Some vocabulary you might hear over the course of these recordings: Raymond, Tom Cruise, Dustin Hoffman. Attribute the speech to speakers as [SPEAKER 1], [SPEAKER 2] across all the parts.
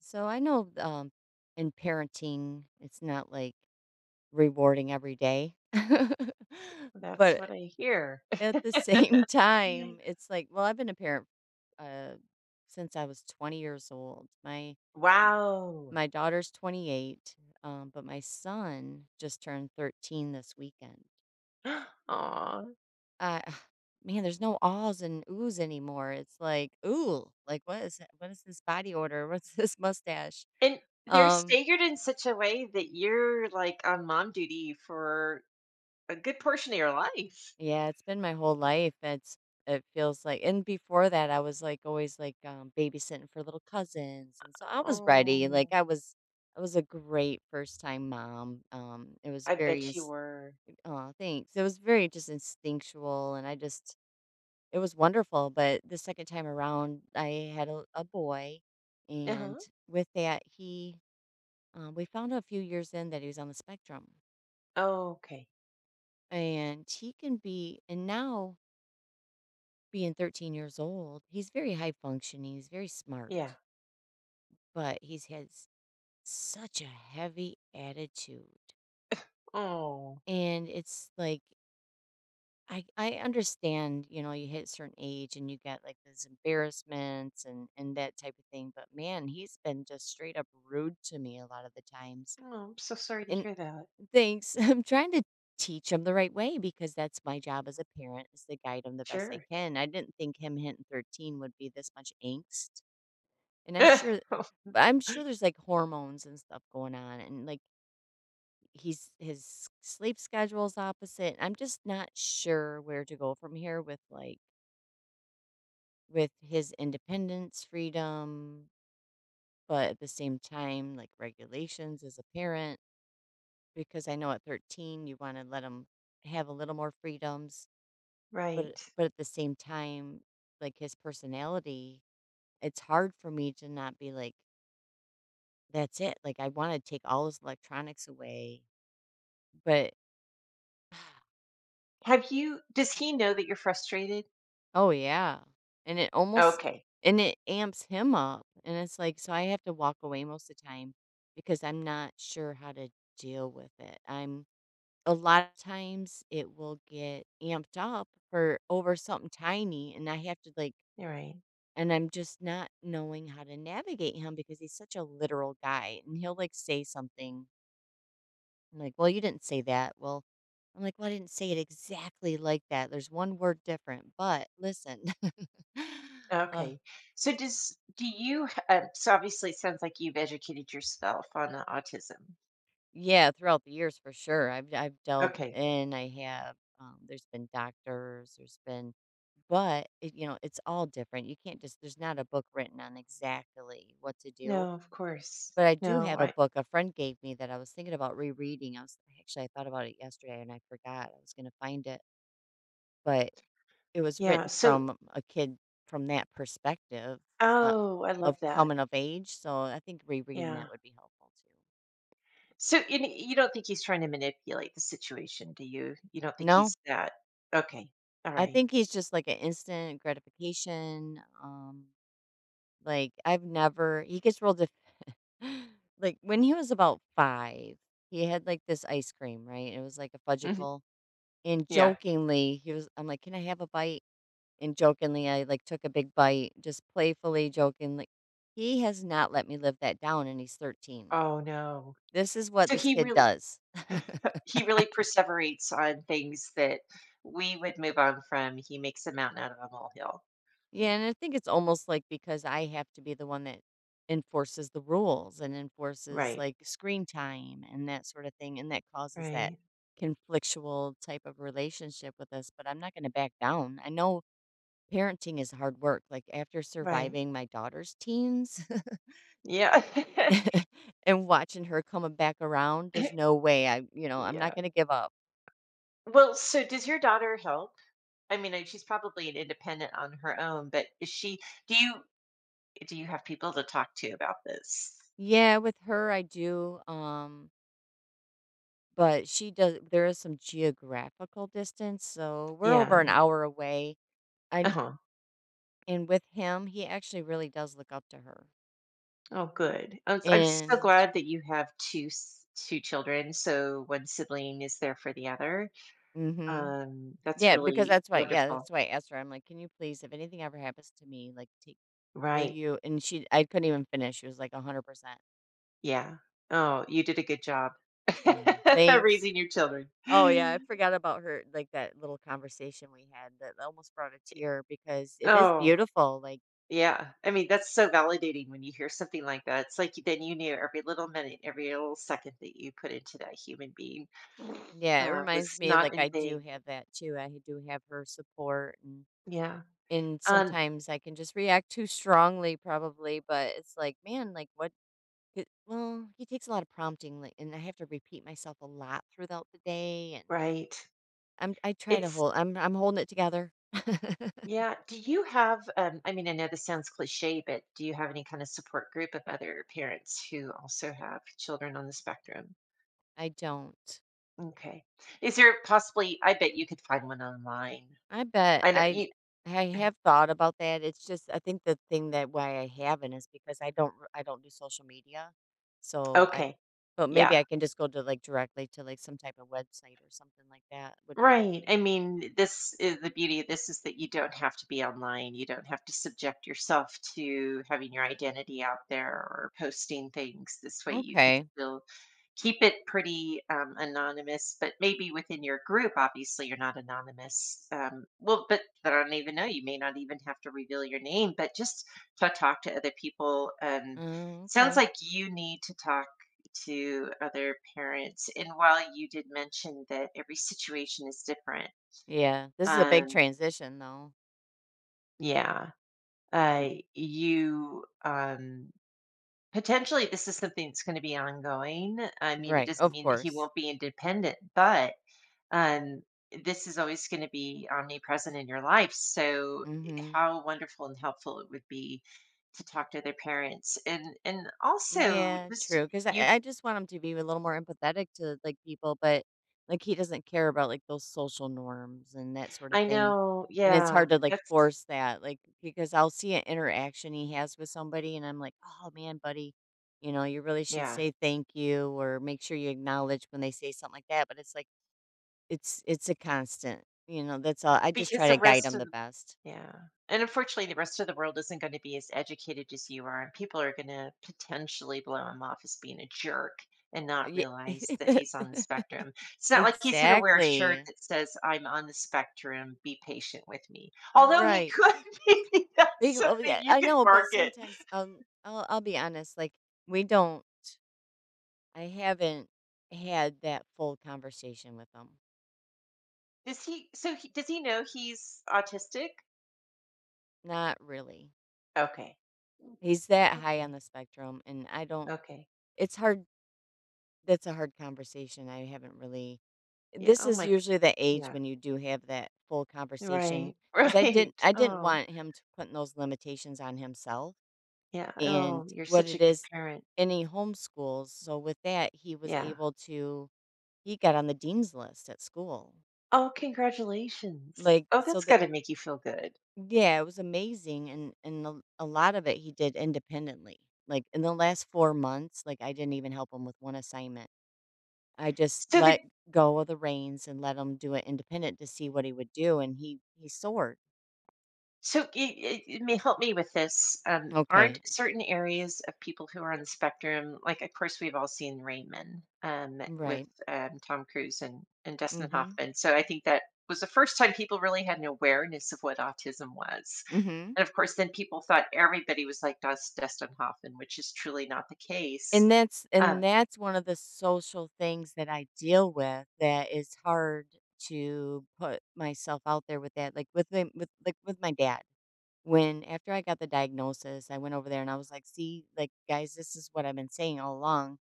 [SPEAKER 1] So I know In parenting, it's not like rewarding every day.
[SPEAKER 2] That's
[SPEAKER 1] But
[SPEAKER 2] what I hear.
[SPEAKER 1] at the same time, it's like, well, I've been a parent uh, since I was 20 years old. M-
[SPEAKER 2] Wow.
[SPEAKER 1] my daughter's 28, but my son just turned 13 this weekend.
[SPEAKER 2] Aw.
[SPEAKER 1] Uh, Man, there's no ahs and oohs anymore. It's like, ooh, like what is that? What is this body odor? What's this mustache?
[SPEAKER 2] And They're
[SPEAKER 1] Um,
[SPEAKER 2] staggered in such a way that you're, like, on mom duty for a good portion of your life.
[SPEAKER 1] Yeah, it's been my whole life. It feels like, and before that I was like always like babysitting for little cousins. And so I was ready.
[SPEAKER 2] Oh,
[SPEAKER 1] I was a great first time mom. It was
[SPEAKER 2] I bet
[SPEAKER 1] very
[SPEAKER 2] you were.
[SPEAKER 1] oh thanks. It was very just instinctual, and I just it was wonderful. But the second time around I had a boy,
[SPEAKER 2] Uh-huh.
[SPEAKER 1] and with that he, we found out a few years in that he was on the spectrum,
[SPEAKER 2] Oh, okay.
[SPEAKER 1] and he can be, and now being 13 years old, he's very high functioning, he's very
[SPEAKER 2] Yeah.
[SPEAKER 1] smart, but he's has such a heavy attitude.
[SPEAKER 2] Oh.
[SPEAKER 1] And it's like I understand, you know, you hit a certain age and you get like those embarrassments and that type of thing, but man, he's been just straight up rude to me a lot of the times.
[SPEAKER 2] Oh, I'm so sorry to
[SPEAKER 1] And
[SPEAKER 2] hear that.
[SPEAKER 1] thanks. I'm trying to teach him the right way, because that's my job as a parent, is to guide him the best I
[SPEAKER 2] Sure.
[SPEAKER 1] can. I didn't think him hitting 13 would be this much angst. And I'm sure there's, like, hormones and stuff going on, and, like, he's his sleep schedule's opposite. I'm just not sure where to go from here with, like, with his independence, freedom, but at the same time, like, regulations as a parent, because I know at 13, you wanna let him have a little more freedoms, but
[SPEAKER 2] Right.
[SPEAKER 1] at the same time, like, his personality, it's hard for me to not be like, "That's it." Like, I wanna take all his electronics away. But
[SPEAKER 2] Have you Does he know that you're frustrated?
[SPEAKER 1] oh, yeah, and it almost
[SPEAKER 2] Okay.
[SPEAKER 1] and it amps him up, and it's like, so I have to walk away most of the time because I'm not sure how to deal with it. I'm A lot of times it will get amped up for over something tiny, and I have to like,
[SPEAKER 2] All right.
[SPEAKER 1] and I'm just not knowing how to navigate him because he's such a literal guy, and he'll like say something. I'm like, "Well, you didn't say that." Well, I'm like, "Well, I didn't say it exactly like that. There's one word different, but listen." uh,
[SPEAKER 2] Okay. So does do you h- so obviously it sounds like you've educated yourself on autism.
[SPEAKER 1] yeah, throughout the years for sure. I've delved
[SPEAKER 2] Okay.
[SPEAKER 1] in. I have. There's been doctors. There's been, but it, you know, it's all different. You can't just. There's not a book written on exactly what to do.
[SPEAKER 2] No, of course.
[SPEAKER 1] But I do
[SPEAKER 2] No,
[SPEAKER 1] have a
[SPEAKER 2] I
[SPEAKER 1] book a friend gave me that I was thinking about rereading. I was actually I thought about it yesterday, and I forgot I was going to find it, but it was
[SPEAKER 2] yeah.
[SPEAKER 1] written from a kid, from that perspective, uh,
[SPEAKER 2] Oh, I
[SPEAKER 1] of
[SPEAKER 2] love that.
[SPEAKER 1] coming of age, so I think rereading that
[SPEAKER 2] Yeah.
[SPEAKER 1] would be helpful too.
[SPEAKER 2] You don't think he's trying to manipulate the situation, do you? You don't think
[SPEAKER 1] No,
[SPEAKER 2] he's that. Okay. All
[SPEAKER 1] I
[SPEAKER 2] right.
[SPEAKER 1] think he's just like an instant gratification, like, I've never he gets real def. Like, when he was about 5, he had, like, this ice cream, right? It was like a
[SPEAKER 2] Mhm.
[SPEAKER 1] fudgicle, and
[SPEAKER 2] Yeah.
[SPEAKER 1] jokingly, he was I'm like, "Can I have a bite?" And jokingly, I, like, took a big bite, just playfully, jokingly. He has not let me live that down, and he's 13.
[SPEAKER 2] Oh no.
[SPEAKER 1] This is what
[SPEAKER 2] So
[SPEAKER 1] this
[SPEAKER 2] he
[SPEAKER 1] kid
[SPEAKER 2] really
[SPEAKER 1] does.
[SPEAKER 2] perseverates on things that we would move on from. He makes a mountain out of a molehill.
[SPEAKER 1] Yeah, and I think it's almost like, because I have to be the one that enforces the rules and enforces
[SPEAKER 2] Right.
[SPEAKER 1] like screen time and that sort of thing. And that causes that
[SPEAKER 2] Right.
[SPEAKER 1] conflictual type of relationship with us. But I'm not going to back down. I know parenting is hard work. Like after
[SPEAKER 2] Right.
[SPEAKER 1] surviving my daughter's teens
[SPEAKER 2] Yeah.
[SPEAKER 1] and watching her coming back around, there's no way I, you know, I'm not
[SPEAKER 2] Yeah.
[SPEAKER 1] going to give up.
[SPEAKER 2] Well, so does your daughter help? I mean, she's probably an independent on her own, but is she do you do you have people to talk to about this?
[SPEAKER 1] Yeah, with her, I do. But she does there is some geographical distance, so we're over
[SPEAKER 2] Yeah.
[SPEAKER 1] an hour away, and
[SPEAKER 2] Uh-huh.
[SPEAKER 1] with him, he actually really does look up to her.
[SPEAKER 2] Oh, good. I'm so
[SPEAKER 1] And
[SPEAKER 2] glad that you have 2 s 2 children, so one sibling is there for the other.
[SPEAKER 1] mhm,
[SPEAKER 2] That's
[SPEAKER 1] yeah, because
[SPEAKER 2] really
[SPEAKER 1] that's why, yeah,
[SPEAKER 2] wonderful.
[SPEAKER 1] that's why I asked her. I'm like, can you please, if anything ever happens to me, like take, will
[SPEAKER 2] Right.
[SPEAKER 1] you? And she I couldn't even finish. She was like 100%.
[SPEAKER 2] Yeah. Oh, you did a good job
[SPEAKER 1] Wow. Thanks.
[SPEAKER 2] raising your children.
[SPEAKER 1] Oh yeah, I forgot about her, like that little conversation we had, that almost brought a tear, because it is
[SPEAKER 2] Oh.
[SPEAKER 1] beautiful, like,
[SPEAKER 2] Yeah, I mean, that's so validating when you hear something like that. It's like then you knew every little minute, every little second that you put into that human being
[SPEAKER 1] yeah, it reminds
[SPEAKER 2] was
[SPEAKER 1] me,
[SPEAKER 2] not
[SPEAKER 1] like
[SPEAKER 2] in
[SPEAKER 1] I do
[SPEAKER 2] vain.
[SPEAKER 1] have that too. I do have her support. And
[SPEAKER 2] Yeah. Um,
[SPEAKER 1] sometimes I can just react too strongly probably, but it's like, man, like what, well, he takes a lot of prompting, like, and I have to repeat myself a lot throughout the day, and
[SPEAKER 2] right.
[SPEAKER 1] I try to
[SPEAKER 2] It's,
[SPEAKER 1] hold, I'm holding it together.
[SPEAKER 2] yeah. Do you have, I mean, I know this sounds cliche, but do you have any kind of support group of other parents who also have children on the spectrum?
[SPEAKER 1] I don't.
[SPEAKER 2] Okay. Is there possibly, I bet you could find one online.
[SPEAKER 1] I bet
[SPEAKER 2] I know you,
[SPEAKER 1] I have thought about that. It's just, I think the thing that why I haven't is because I don't do social media. So I
[SPEAKER 2] okay.
[SPEAKER 1] But maybe
[SPEAKER 2] Yeah.
[SPEAKER 1] I can just go to like directly to like some type of website or something like that would be
[SPEAKER 2] Right. I mean, this is the beauty of this is that you don't have to be online. You don't have to subject yourself to having your identity out there or posting things. This way you could
[SPEAKER 1] okay.
[SPEAKER 2] still keep it pretty anonymous, but maybe within your group, obviously you're not anonymous. But I don't even know. You may not even have to reveal your name, but just to talk to other people.
[SPEAKER 1] Mm,
[SPEAKER 2] Sounds
[SPEAKER 1] okay.
[SPEAKER 2] like you need to talk to other parents. And while you did mention that every situation is different,
[SPEAKER 1] Yeah. This is a big
[SPEAKER 2] um,
[SPEAKER 1] transition though.
[SPEAKER 2] yeah,
[SPEAKER 1] Be-
[SPEAKER 2] you potentially this is something that's going to be ongoing. I mean, it
[SPEAKER 1] right,
[SPEAKER 2] doesn't
[SPEAKER 1] of
[SPEAKER 2] mean that he
[SPEAKER 1] course.
[SPEAKER 2] won't be independent, but um, this is always going to be omnipresent in your life. So,
[SPEAKER 1] Mhm.
[SPEAKER 2] how wonderful and helpful it would be to talk to their parents and also
[SPEAKER 1] Yeah,
[SPEAKER 2] just
[SPEAKER 1] true. Cause
[SPEAKER 2] you
[SPEAKER 1] I just want him to be a little more empathetic to, like, people, but, like, he doesn't care about, like, those social norms and that sort of
[SPEAKER 2] I
[SPEAKER 1] thing,
[SPEAKER 2] know
[SPEAKER 1] and it's
[SPEAKER 2] yeah
[SPEAKER 1] hard to, like,
[SPEAKER 2] that's
[SPEAKER 1] force that, like, because I'll see an interaction he has with somebody, and I'm like, "Oh, man, buddy, you know, you really should
[SPEAKER 2] yeah.
[SPEAKER 1] say thank you or make sure you acknowledge when they say something like that," but it's like, it's a constant, you know, that's all. I just
[SPEAKER 2] Because
[SPEAKER 1] try
[SPEAKER 2] the
[SPEAKER 1] to guide
[SPEAKER 2] rest
[SPEAKER 1] him
[SPEAKER 2] of
[SPEAKER 1] the best.
[SPEAKER 2] Yeah, and unfortunately, the rest of the world isn't gonna be as educated as you are, and people are gonna potentially blow him off as being a jerk and not
[SPEAKER 1] Yeah.
[SPEAKER 2] realize that he's on the spectrum. It's not like he's gonna wear a shirt
[SPEAKER 1] Exactly.
[SPEAKER 2] that says, "I'm on the spectrum, be patient with me." Although he
[SPEAKER 1] Right.
[SPEAKER 2] could, maybe that's
[SPEAKER 1] Big Oh,
[SPEAKER 2] something
[SPEAKER 1] yeah,
[SPEAKER 2] you
[SPEAKER 1] I
[SPEAKER 2] could
[SPEAKER 1] know, but
[SPEAKER 2] market.
[SPEAKER 1] sometimes, I'll be honest, like, we don't I haven't had that full conversation with him.
[SPEAKER 2] Does he know he's autistic?
[SPEAKER 1] Not really.
[SPEAKER 2] Okay. Mm,
[SPEAKER 1] He's that high on
[SPEAKER 2] okay,
[SPEAKER 1] the spectrum, and I don't
[SPEAKER 2] okay.
[SPEAKER 1] it's hard. That's a hard conversation. I haven't really
[SPEAKER 2] Yeah,
[SPEAKER 1] This
[SPEAKER 2] oh
[SPEAKER 1] is
[SPEAKER 2] my g
[SPEAKER 1] usually the age
[SPEAKER 2] yeah.
[SPEAKER 1] when you do have that full conversation,
[SPEAKER 2] Right,
[SPEAKER 1] because
[SPEAKER 2] right.
[SPEAKER 1] I didn't
[SPEAKER 2] Oh.
[SPEAKER 1] want him to put those limitations on himself,
[SPEAKER 2] Yeah.
[SPEAKER 1] and
[SPEAKER 2] Oh, you're
[SPEAKER 1] what
[SPEAKER 2] such a
[SPEAKER 1] it
[SPEAKER 2] good
[SPEAKER 1] is
[SPEAKER 2] parent.
[SPEAKER 1] and he homeschools, so with that, he was
[SPEAKER 2] Yeah.
[SPEAKER 1] able to, he got on the dean's list at school.
[SPEAKER 2] Oh, congratulations.
[SPEAKER 1] Like,
[SPEAKER 2] Oh,
[SPEAKER 1] so
[SPEAKER 2] that's got
[SPEAKER 1] that,
[SPEAKER 2] to make you feel good.
[SPEAKER 1] yeah, it was amazing, and a lot of it he did independently. Like, in the last 4 months, like, I didn't even help him with 1 assignment. I just
[SPEAKER 2] So the
[SPEAKER 1] let go of the reins and let him do it independent to see what he would do, and he soared.
[SPEAKER 2] so it, may help me with this. Aren't
[SPEAKER 1] Okay.
[SPEAKER 2] certain areas of people who are on the spectrum, like of course we've all seen Raymond with
[SPEAKER 1] Right.
[SPEAKER 2] Tom Cruise and Dustin
[SPEAKER 1] Mhm.
[SPEAKER 2] Hoffman. So I think that was the first time people really had an awareness of what autism was.
[SPEAKER 1] Mhm.
[SPEAKER 2] And of course, then people thought everybody was like Dustin Hoffman, which is truly not the case.
[SPEAKER 1] And that's,
[SPEAKER 2] Um,
[SPEAKER 1] one of the social things that I deal with that is hard to put myself out there with, that, like, with my, with my dad. When after I got the diagnosis, I went over there and I was like, "See, like guys, this is what I've been saying all along,"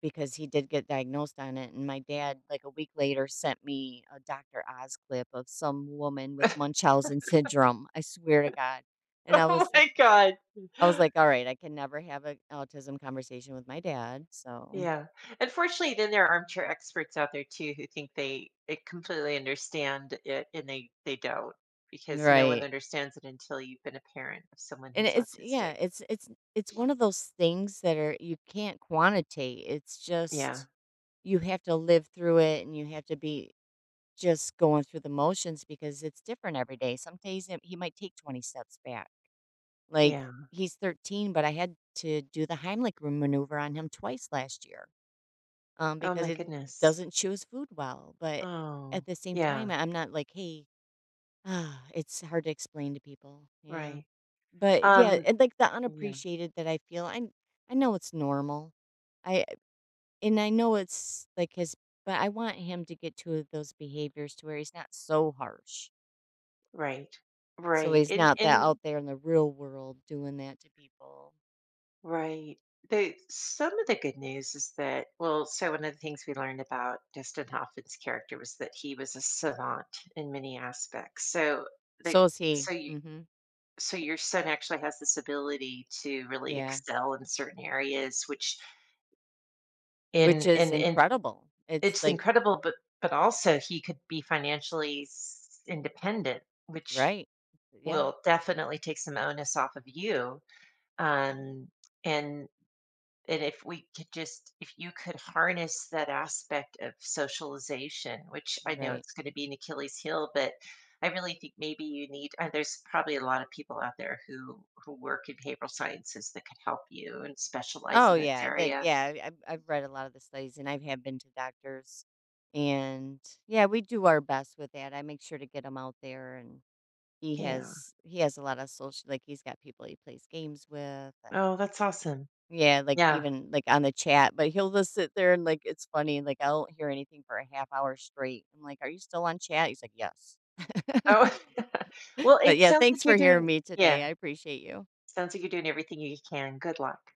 [SPEAKER 1] because he did get diagnosed on it, and my dad, like a week later, sent me a Dr. Oz clip of some woman with Munchausen syndrome. I swear to God. And
[SPEAKER 2] Oh my god.
[SPEAKER 1] I was like, "All right, I can never have an autism conversation with my dad." So,
[SPEAKER 2] Yeah. Unfortunately, then there are armchair experts out there too who think they completely understand it and they don't because no one
[SPEAKER 1] right.
[SPEAKER 2] understands it until you've been a parent of someone
[SPEAKER 1] And
[SPEAKER 2] who's
[SPEAKER 1] it's, yeah,
[SPEAKER 2] autistic.
[SPEAKER 1] it's one of those things that are, you can't quantitate. It's
[SPEAKER 2] Yeah.
[SPEAKER 1] just you have to live through it, and you have to be just going through the motions, because it's different every day. Some days it he might take 20 steps back. Like,
[SPEAKER 2] Yeah.
[SPEAKER 1] he's 13, but I had to do the Heimlich m maneuver on him twice last year,
[SPEAKER 2] Oh
[SPEAKER 1] because
[SPEAKER 2] my
[SPEAKER 1] it
[SPEAKER 2] goodness.
[SPEAKER 1] doesn't chew his food well, but
[SPEAKER 2] Oh.
[SPEAKER 1] at the same time,
[SPEAKER 2] Yeah,
[SPEAKER 1] I'm not like, "Hey." Ah, it's hard to explain to people. Yeah.
[SPEAKER 2] right.
[SPEAKER 1] But, yeah,
[SPEAKER 2] Um,
[SPEAKER 1] and, like, the
[SPEAKER 2] yeah,
[SPEAKER 1] unappreciated that I feel, I know it's normal. I I know it's, like, his, but I want him to get to those behaviors to where he's not so harsh.
[SPEAKER 2] right.
[SPEAKER 1] So
[SPEAKER 2] Right.
[SPEAKER 1] he's
[SPEAKER 2] And
[SPEAKER 1] not that
[SPEAKER 2] and
[SPEAKER 1] out there in the real world doing that to people.
[SPEAKER 2] right. The some of the good news is that well, so one of the things we learned about Dustin Hoffman's character was that he was a savant in many aspects. So like
[SPEAKER 1] So is he.
[SPEAKER 2] so you
[SPEAKER 1] Mhm.
[SPEAKER 2] so your son actually has this ability to really
[SPEAKER 1] Yeah.
[SPEAKER 2] excel in certain areas, which
[SPEAKER 1] Which
[SPEAKER 2] in
[SPEAKER 1] is
[SPEAKER 2] and
[SPEAKER 1] incredible. It's
[SPEAKER 2] it's
[SPEAKER 1] like,
[SPEAKER 2] incredible, but also he could be financially independent, which
[SPEAKER 1] right. Yeah.
[SPEAKER 2] will definitely take some onus off of you. Um, and And if we could just, if you could harness that aspect of socialization, which I know
[SPEAKER 1] Right.
[SPEAKER 2] it's going to be an Achilles heel, but I really think maybe you need, there's probably a lot of people out there who work in behavioral sciences that could help you and specialize
[SPEAKER 1] Oh
[SPEAKER 2] in this
[SPEAKER 1] yeah. Like
[SPEAKER 2] area.
[SPEAKER 1] yeah, I've read a lot of the studies, and I have been to doctors, and yeah, we do our best with that. I make sure to get him out there, and
[SPEAKER 2] Yeah.
[SPEAKER 1] he has a lot of social, like he's got people he plays games with. And
[SPEAKER 2] Oh, that's awesome.
[SPEAKER 1] yeah, like,
[SPEAKER 2] Yeah.
[SPEAKER 1] even, like, on the chat, but he'll just sit there, and, like, it's funny, like, I don't hear anything for a half hour straight. I'm like, "Are you still on chat?" He's like, "Yes."
[SPEAKER 2] Oh, well,
[SPEAKER 1] But,
[SPEAKER 2] it
[SPEAKER 1] yeah,
[SPEAKER 2] sounds like
[SPEAKER 1] thanks
[SPEAKER 2] you're
[SPEAKER 1] for
[SPEAKER 2] doing,
[SPEAKER 1] hearing me today.
[SPEAKER 2] yeah,
[SPEAKER 1] I appreciate you.
[SPEAKER 2] sounds like you're doing everything you can. Good luck.